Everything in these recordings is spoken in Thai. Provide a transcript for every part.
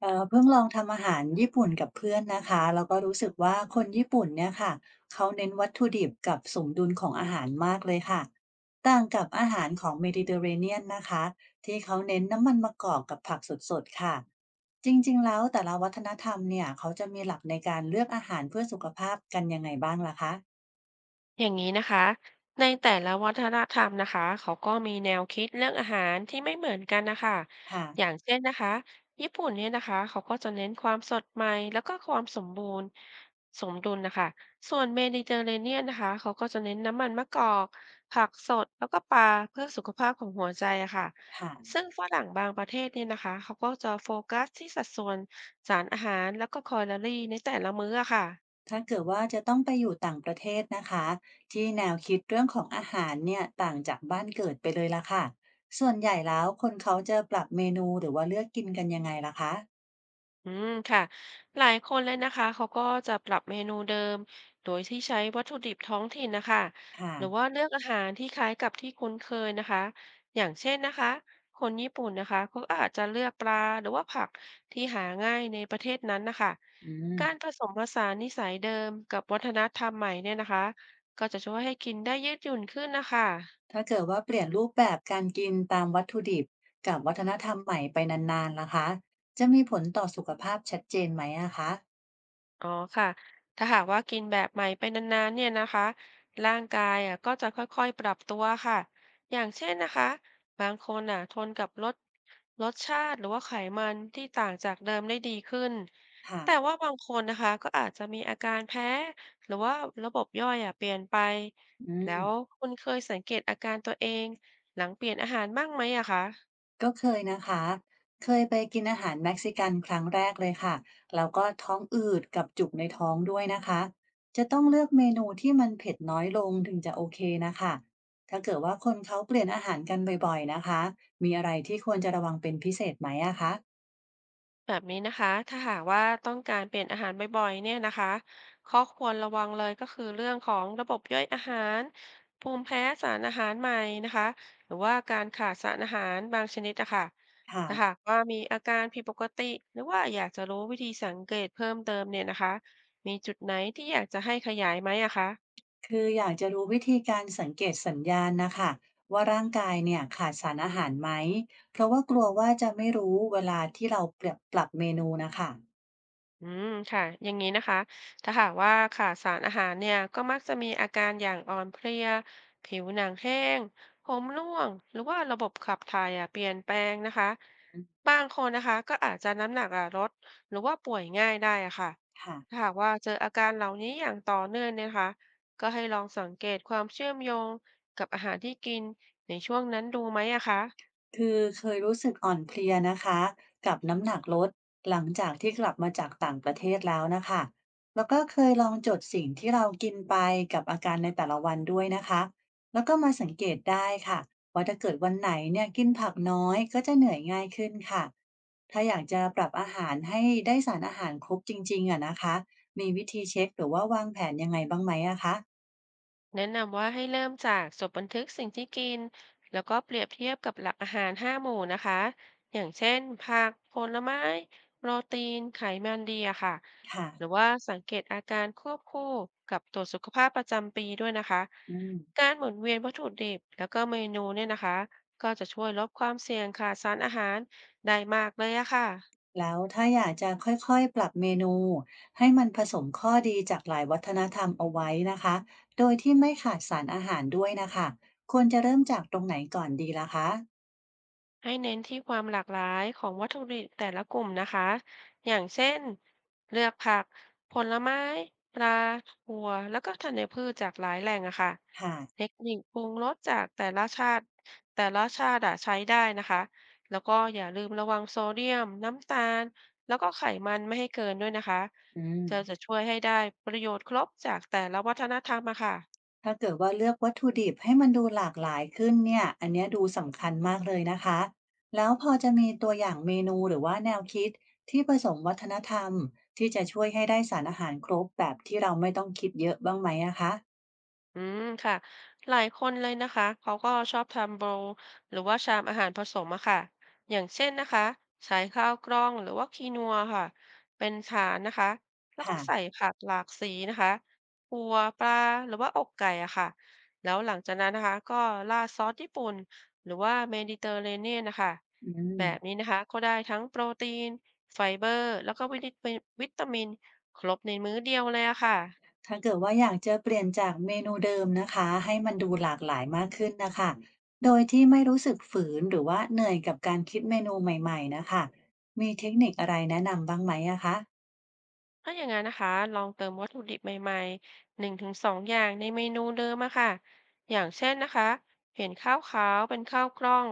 เพิ่งลองทำอาหารญี่ปุ่นกับเพื่อนนะคะแล้วก็รู้สึกว่าคนญี่ปุ่นเนี่ยค่ะเขาเน้นวัตถุดิบกับสมดุลของอาหารมากเลยค่ะต่างกับอาหารของเมดิเตอร์เรเนียนนะคะที่เขาเน้นน้ำมันมะกอกกับผักสดๆค่ะจริงๆแล้วแต่ละวัฒนธรรมเนี่ยเขาจะมีหลักในการเลือกอาหารเพื่อสุขภาพกันยังไงบ้างล่ะคะอย่างนี้นะคะ ในแต่ละวัฒนธรรมนะคะเขาก็มีแนวคิดเรื่องอาหารที่ไม่เหมือนกันนะคะ ค่ะอย่างเช่นนะคะญี่ปุ่นเนี่ยนะคะเขาก็จะเน้นความสดใหม่แล้วก็ความสมบูรณ์สมดุลนะคะ ส่วนเมดิเตอร์เรเนียนนะคะเขาก็จะเน้นน้ำมันมะกอกผักสดแล้วก็ปลาเพื่อสุขภาพของหัวใจอะค่ะค่ะ ซึ่งฝรั่งบางประเทศเนี่ยนะคะเขาก็จะโฟกัสที่สัดส่วนสารอาหารแล้วก็แคลอรี่ในแต่ละมื้ออะค่ะ ถ้าเกิดว่าจะต้องไปอยู่ต่างประเทศนะคะที่แนวคิดเรื่องของอาหารเนี่ยต่างจากบ้านเกิดไปเลยละค่ะส่วนใหญ่แล้วคนเขาจะปรับเมนูหรือว่าเลือกกินกันยังไงล่ะคะอืมค่ะหลายคนเลยนะคะเขาก็จะปรับเมนูเดิมโดยที่ใช้วัตถุดิบท้องถิ่นนะคะค่ะหรือว่าเลือกอาหารที่คล้ายกับที่คุ้นเคยนะคะอย่างเช่นนะคะคนญี่ปุ่นนะคะเขาอาจจะเลือกปลาหรือว่าผักที่หาง่ายในประเทศนั้นนะคะอืมการผสมผสานนิสัยเดิมกับวัฒนธรรมใหม่เนี่ยนะคะก็จะช่วยให้กินได้ยืดหยุ่นขึ้นนะคะ ถ้าเกิดว่าเปลี่ยนรูปแบบการกินตามวัตถุดิบกับวัฒนธรรมใหม่ไปนานๆล่ะคะจะมีผลต่อสุขภาพชัดเจนไหมอะคะอ๋อค่ะถ้าหากว่ากินแบบใหม่ไปนานๆเนี่ยนะคะร่างกายอ่ะก็จะค่อยๆปรับตัวค่ะอย่างเช่นนะคะบางคนอ่ะทนกับรสชาติหรือว่าไขมันที่ต่างจากเดิมได้ดีขึ้นค่ะแต่ว่าบางคนนะคะก็อาจจะมีอาการแพ้หรือว่าระบบย่อยอ่ะเปลี่ยนไปอืแล้ม วคุณเคยสังเกตอาการตัวเองหลังเปลี่ยนอาหารบ้างไหมอะคะ ก็เคยนะคะเคยไปกินอาหารเม็กซิกันครั้งแรกเลยค่ะแล้วก็ท้องอืดกับจุกในท้องด้วยนะคะจะต้องเลือกเมนูที่มันเผ็ดน้อยลงถึงจะโอเคนะคะถ้าเกิดว่าคนเขาเปลี่ยนอาหารกันบ่อยๆนะคะมีอะไรที่ควรจะระวังเป็นพิเศษไหมอะคะแบบนี้นะคะถ้าหากว่าต้องการเปลี่ยนอาหารบ่อยๆเนี่ยนะคะข้อควรระวังเลยก็คือเรื่องของระบบย่อยอาหารภูมิแพ้สารอาหารใหม่นะคะหรือว่าการขาดสารอาหารบางชนิดนะคะถ้าหาค่ะกว่ามีอาการผิดปกติหรือว่าอยากจะรู้วิธีสังเกตเพิ่มเติมเนี่ยนะคะ มีจุดไหนที่อยากจะให้ขยายไหมอะคะ คืออยากจะรู้วิธีการสังเกตสัญญาณนะคะว่าร่างกายเนี่ยขาดสารอาหารไหมเพราะว่ากลัวว่าจะไม่รู้เวลาที่เราเปรียบปรับเมนูนะคะอืมค่ะอย่างนี้นะคะถ้าหากว่าขาดสารอาหารเนี่ยก็มักจะมีอาการอย่างอ่อนเพลียผิวหนังแห้งผมร่วงหรือว่าระบบขับถ่ายอ่ะเปลี่ยนแปลงนะคะอืมบางคนนะคะก็อาจจะน้ำหนักอ่ะลดหรือว่าป่วยง่ายได้อะค่ะค่ะ ถ้าหากว่าเจออาการเหล่านี้อย่างต่อเนื่องเนยนะคะก็ให้ลองสังเกตความเชื่อมโยงกับอาหารที่กินในช่วงนั้นดูไหมอะคะ คือเคยรู้สึกอ่อนเพลียนะคะกับน้ำหนักลดหลังจากที่กลับมาจากต่างประเทศแล้วนะคะแล้วก็เคยลองจดสิ่งที่เรากินไปกับอาการในแต่ละวันด้วยนะคะแล้วก็มาสังเกตได้ค่ะว่าถ้าเกิดวันไหนเนี่ยกินผักน้อยก็จะเหนื่อยง่ายขึ้นค่ะถ้าอยากจะปรับอาหารให้ได้สารอาหารครบจริงๆอะนะคะมีวิธีเช็คหรือว่าวางแผนยังไงบ้างไหมอะคะแนะนำว่าให้เริ่มจากจดบันทึกสิ่งที่กินแล้วก็เปรียบเทียบกับหลักอาหาร5 หมู่นะคะอย่างเช่นผักผลไม้โปรตีนไขมันดีอะค่ะหรือค่ะว่าสังเกตอาการควบคู่กับตรวจสุขภาพประจำปีด้วยนะคะอืม การหมุนเวียนวัตถุดิบแล้วก็เมนูเนี่ยนะคะก็จะช่วยลดความเสี่ยงขาดสารอาหารได้มากเลยอะค่ะ แล้วถ้าอยากจะค่อยๆ ปรับเมนูให้มันผสมข้อดีจากหลายวัฒนธรรมเอาไว้นะคะ โดยที่ไม่ขาดสารอาหารด้วยนะคะควรจะเริ่มจากตรงไหนก่อนดีล่ะคะให้เน้นที่ความหลากหลายของวัตถุดิบแต่ละกลุ่มนะคะอย่างเช่น เลือกผัก ผลไม้ ปลาหัว แล้วก็ธัญพืชจากหลายแหล่งอะค่ะค่ะเทคนิคปรุงรสจากแต่ละชาติอะใช้ได้นะคะแล้วก็อย่าลืมระวังโซเดียมน้ำตาลแล้วก็ไขมันไม่ให้เกินด้วยนะคะอืมเธอจะช่วยให้ได้ประโยชน์ครบจากแต่ละวัฒนธรรมอะค่ะ ถ้าเกิดว่าเลือกวัตถุดิบให้มันดูหลากหลายขึ้นเนี่ยอันเนี้ยดูสำคัญมากเลยนะคะแล้วพอจะมีตัวอย่างเมนูหรือว่าแนวคิดที่ผสมวัฒนธรรมที่จะช่วยให้ได้สารอาหารครบแบบที่เราไม่ต้องคิดเยอะบ้างไหมนะคะอืมค่ะหลายคนเลยนะคะเขาก็ชอบทำโบรว์หรือว่าชามอาหารผสมอะค่ะอย่างเช่นนะคะใช้ข้าวกล้องหรือว่าคีนัวค่ะเป็นฐานนะคะแล้วก็ใส่ค่ะผักหลากสีนะคะปูปลาหรือว่าอกไก่อะค่ะแล้วหลังจากนั้นนะคะก็ราดซอสญี่ปุ่นหรือว่าเมดิเตอร์เรเนียนนะคะอืแบบม นี้นะคะก็ได้ทั้งโปรตีนไฟเบอร์แล้วก็วิตามินครบในมื้อเดียวเลยอะค่ะ ถ้าเกิดว่าอยากจะเปลี่ยนจากเมนูเดิมนะคะให้มันดูหลากหลายมากขึ้นนะคะโดยที่ไม่รู้สึกฝืนหรือว่าเหนื่อยกับการคิดเมนูใหม่ๆนะคะมีเทคนิคอะไรแนะนำบ้างไหมอะคะถ้าอย่างนั้นนะคะลองเติมวัตถุดิบใหม่ๆ1 ถึง 2อย่างในเมนูเดิมอะค่ะอย่างเช่นนะคะเห็นข้าวขาวเป็นข้าวกล้อง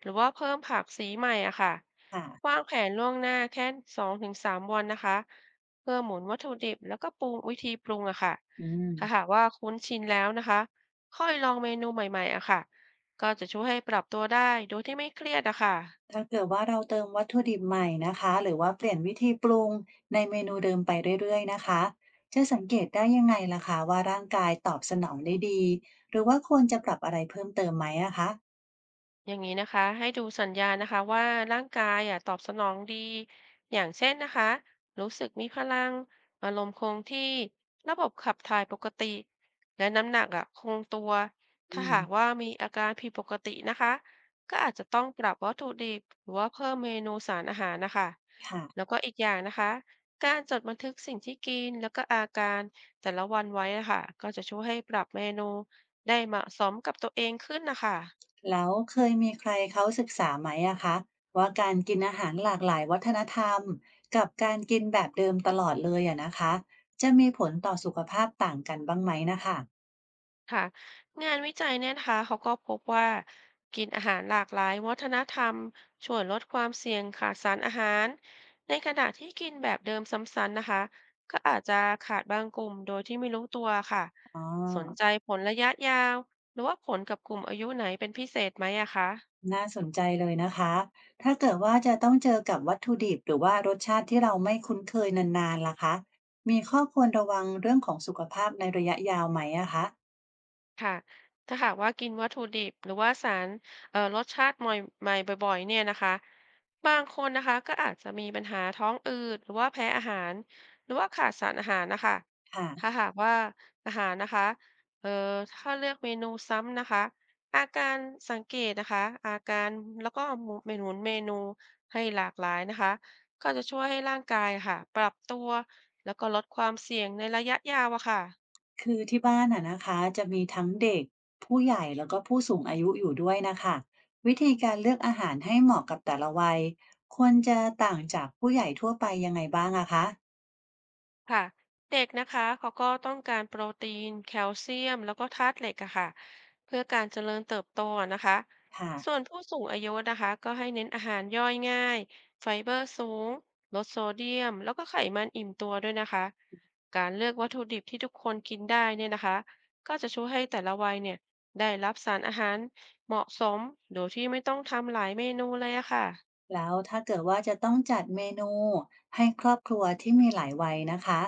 หรือว่าเพิ่มผักสีใหม่อะค่ะค่ะวางแผนล่วงหน้าแค่2 ถึง 3วันนะคะเพื่อหมุนวัตถุดิบแล้วก็ปรุงวิธีปรุงอะค่ะอืมถ้าหากว่าคุ้นชินแล้วนะคะค่อยลองเมนูใหม่ๆอะค่ะก็จะช่วยให้ปรับตัวได้โดยที่ไม่เครียดอะค่ะ ถ้าเกิดว่าเราเติมวัตถุดิบใหม่นะคะหรือว่าเปลี่ยนวิธีปรุงในเมนูเดิมไปเรื่อยๆนะคะจะสังเกตได้ยังไงล่ะคะว่าร่างกายตอบสนองได้ดีหรือว่าควรจะปรับอะไรเพิ่มเติมไหมอะคะอย่างนี้นะคะให้ดูสัญญาณนะคะว่าร่างกายอ่ะตอบสนองดีอย่างเช่นนะคะรู้สึกมีพลังอารมณ์คงที่ระบบขับถ่ายปกติและน้ำหนักอ่ะคงตัวอืถ้ามหากว่ามีอาการผิดปกตินะคะก็อาจจะต้องปรับวัตถุดิบหรือว่าเพิ่มเมนูสารอาหารนะคะค่ะ แล้วก็อีกอย่างนะคะการจดบันทึกสิ่งที่กินแล้วก็อาการแต่ละวันไว้นะคะก็จะช่วยให้ปรับเมนูได้เหมาะสมกับตัวเองขึ้นนะคะ แล้วเคยมีใครเขาศึกษาไหมอะคะว่าการกินอาหารหลากหลายวัฒนธรรมกับการกินแบบเดิมตลอดเลยอะนะคะจะมีผลต่อสุขภาพต่างกันบ้างไหมนะคะค่ะงานวิจัยเนี่ยนะคะเขาก็พบว่ากินอาหารหลากหลายวัฒนธรรมช่วยลดความเสี่ยงขาดสารอาหารในขณะที่กินแบบเดิมซ้ำๆนะคะก็อาจจะขาดบางกลุ่มโดยที่ไม่รู้ตัวค่ะอ๋อสนใจผลระยะยาวหรือว่าผลกับกลุ่มอายุไหนเป็นพิเศษไหมอะคะ น่าสนใจเลยนะคะถ้าเกิดว่าจะต้องเจอกับวัตถุดิบหรือว่ารสชาติที่เราไม่คุ้นเคยนานๆล่ะคะมีข้อควรระวังเรื่องของสุขภาพในระยะยาวไหมอะคะค่ะถ้าหากว่ากินวัตถุดิบหรือว่าสารรสชาติใหม่ใหม่บ่อยๆเนี่ยนะคะบางคนนะคะก็อาจจะมีปัญหาท้องอืดหรือว่าแพ้อาหารหรือว่าขาดสารอาหารนะคะค่ะ ถ้าหากว่าอาหารนะคะเอ่อถ้าเลือกเมนูซ้ำนะคะอาการสังเกตนะคะอาการแล้วก็หมุนเมนูให้หลากหลายนะคะก็จะช่วยให้ร่างกายค่ะปรับตัวแล้วก็ลดความเสี่ยงในระยะยาวอะค่ะ คือที่บ้านอ่ะนะคะจะมีทั้งเด็กผู้ใหญ่แล้วก็ผู้สูงอายุอยู่ด้วยนะคะวิธีการเลือกอาหารให้เหมาะกับแต่ละวัยควรจะต่างจากผู้ใหญ่ทั่วไปยังไงบ้างอะคะค่ะเด็กนะคะเขาก็ต้องการโปรตีนแคลเซียมแล้วก็ธาตุเหล็กอะค่ะเพื่อการเจริญเติบโตอะนะคะค่ะส่วนผู้สูงอายุนะคะก็ให้เน้นอาหารย่อยง่ายไฟเบอร์สูงลดโซเดียมแล้วก็ไขมันอิ่มตัวด้วยนะคะการเลือกวัตถุดิบที่ทุกคนกินได้เนี่ยนะคะก็จะช่วยให้แต่ละวัยเนี่ยได้รับสารอาหารเหมาะสมโดยที่ไม่ต้องทำหลายเมนูเลยอะค่ะ แล้วถ้าเกิดว่าจะต้องจัดเมนูให้ครอบครัวที่มีหลายวัยนะคะ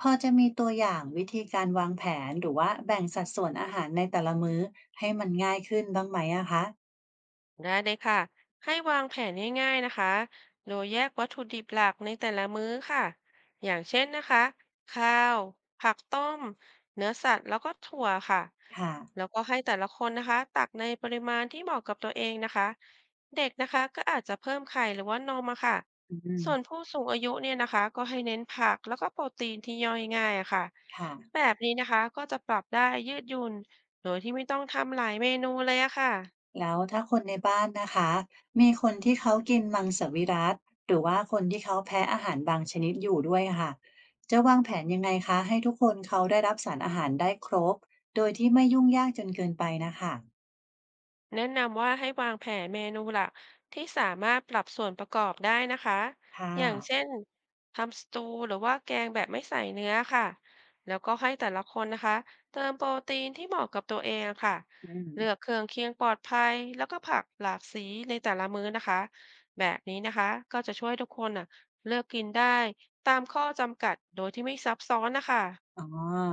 พอจะมีตัวอย่างวิธีการวางแผนหรือว่าแบ่งสัดส่วนอาหารในแต่ละมื้อให้มันง่ายขึ้นบ้างไหมอะคะได้เลยค่ะให้วางแผนง่ายๆนะคะโดยแยกวัตถุดิบหลักในแต่ละมื้อค่ะอย่างเช่นนะคะข้าวผักต้มเนื้อสัตว์แล้วก็ถั่วค่ะค่ะแล้วก็ให้แต่ละคนนะคะตักในปริมาณที่เหมาะกับตัวเองนะคะเด็กนะคะก็อาจจะเพิ่มไข่หรือว่านมอะค่ะอืมส่วนผู้สูงอายุเนี่ยนะคะก็ให้เน้นผักแล้วก็โปรตีนที่ย่อยง่ายอะค่ะค่ะ แบบนี้นะคะก็จะปรับได้ยืดหยุ่นโดยที่ไม่ต้องทำหลายเมนูเลยอะค่ะ แล้วถ้าคนในบ้านนะคะมีคนที่เขากินมังสวิรัติหรือว่าคนที่เขาแพ้อาหารบางชนิดอยู่ด้วยค่ะจะวางแผนยังไงคะให้ทุกคนเขาได้รับสารอาหารได้ครบโดยที่ไม่ยุ่งยากจนเกินไปนะคะแนะนำว่าให้วางแผนเมนูหลักที่สามารถปรับส่วนประกอบได้นะคะค่ะอย่างเช่นทำสตูหรือว่าแกงแบบไม่ใส่เนื้อค่ะแล้วก็ให้แต่ละคนนะคะเติมโปรตีนที่เหมาะกับตัวเองค่ะอืมเลือกเครื่องเคียงปลอดภัยแล้วก็ผักหลากสีในแต่ละมื้อนะคะแบบนี้นะคะก็จะช่วยทุกคนน่ะเลือกกินได้ตามข้อจำกัดโดยที่ไม่ซับซ้อนนะคะอ๋อ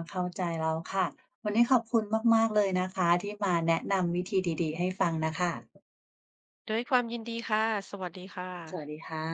เข้าใจแล้วค่ะวันนี้ขอบคุณมากๆเลยนะคะที่มาแนะนำวิธีดีๆให้ฟังนะคะด้วยความยินดีค่ะสวัสดีค่ะสวัสดีค่ะ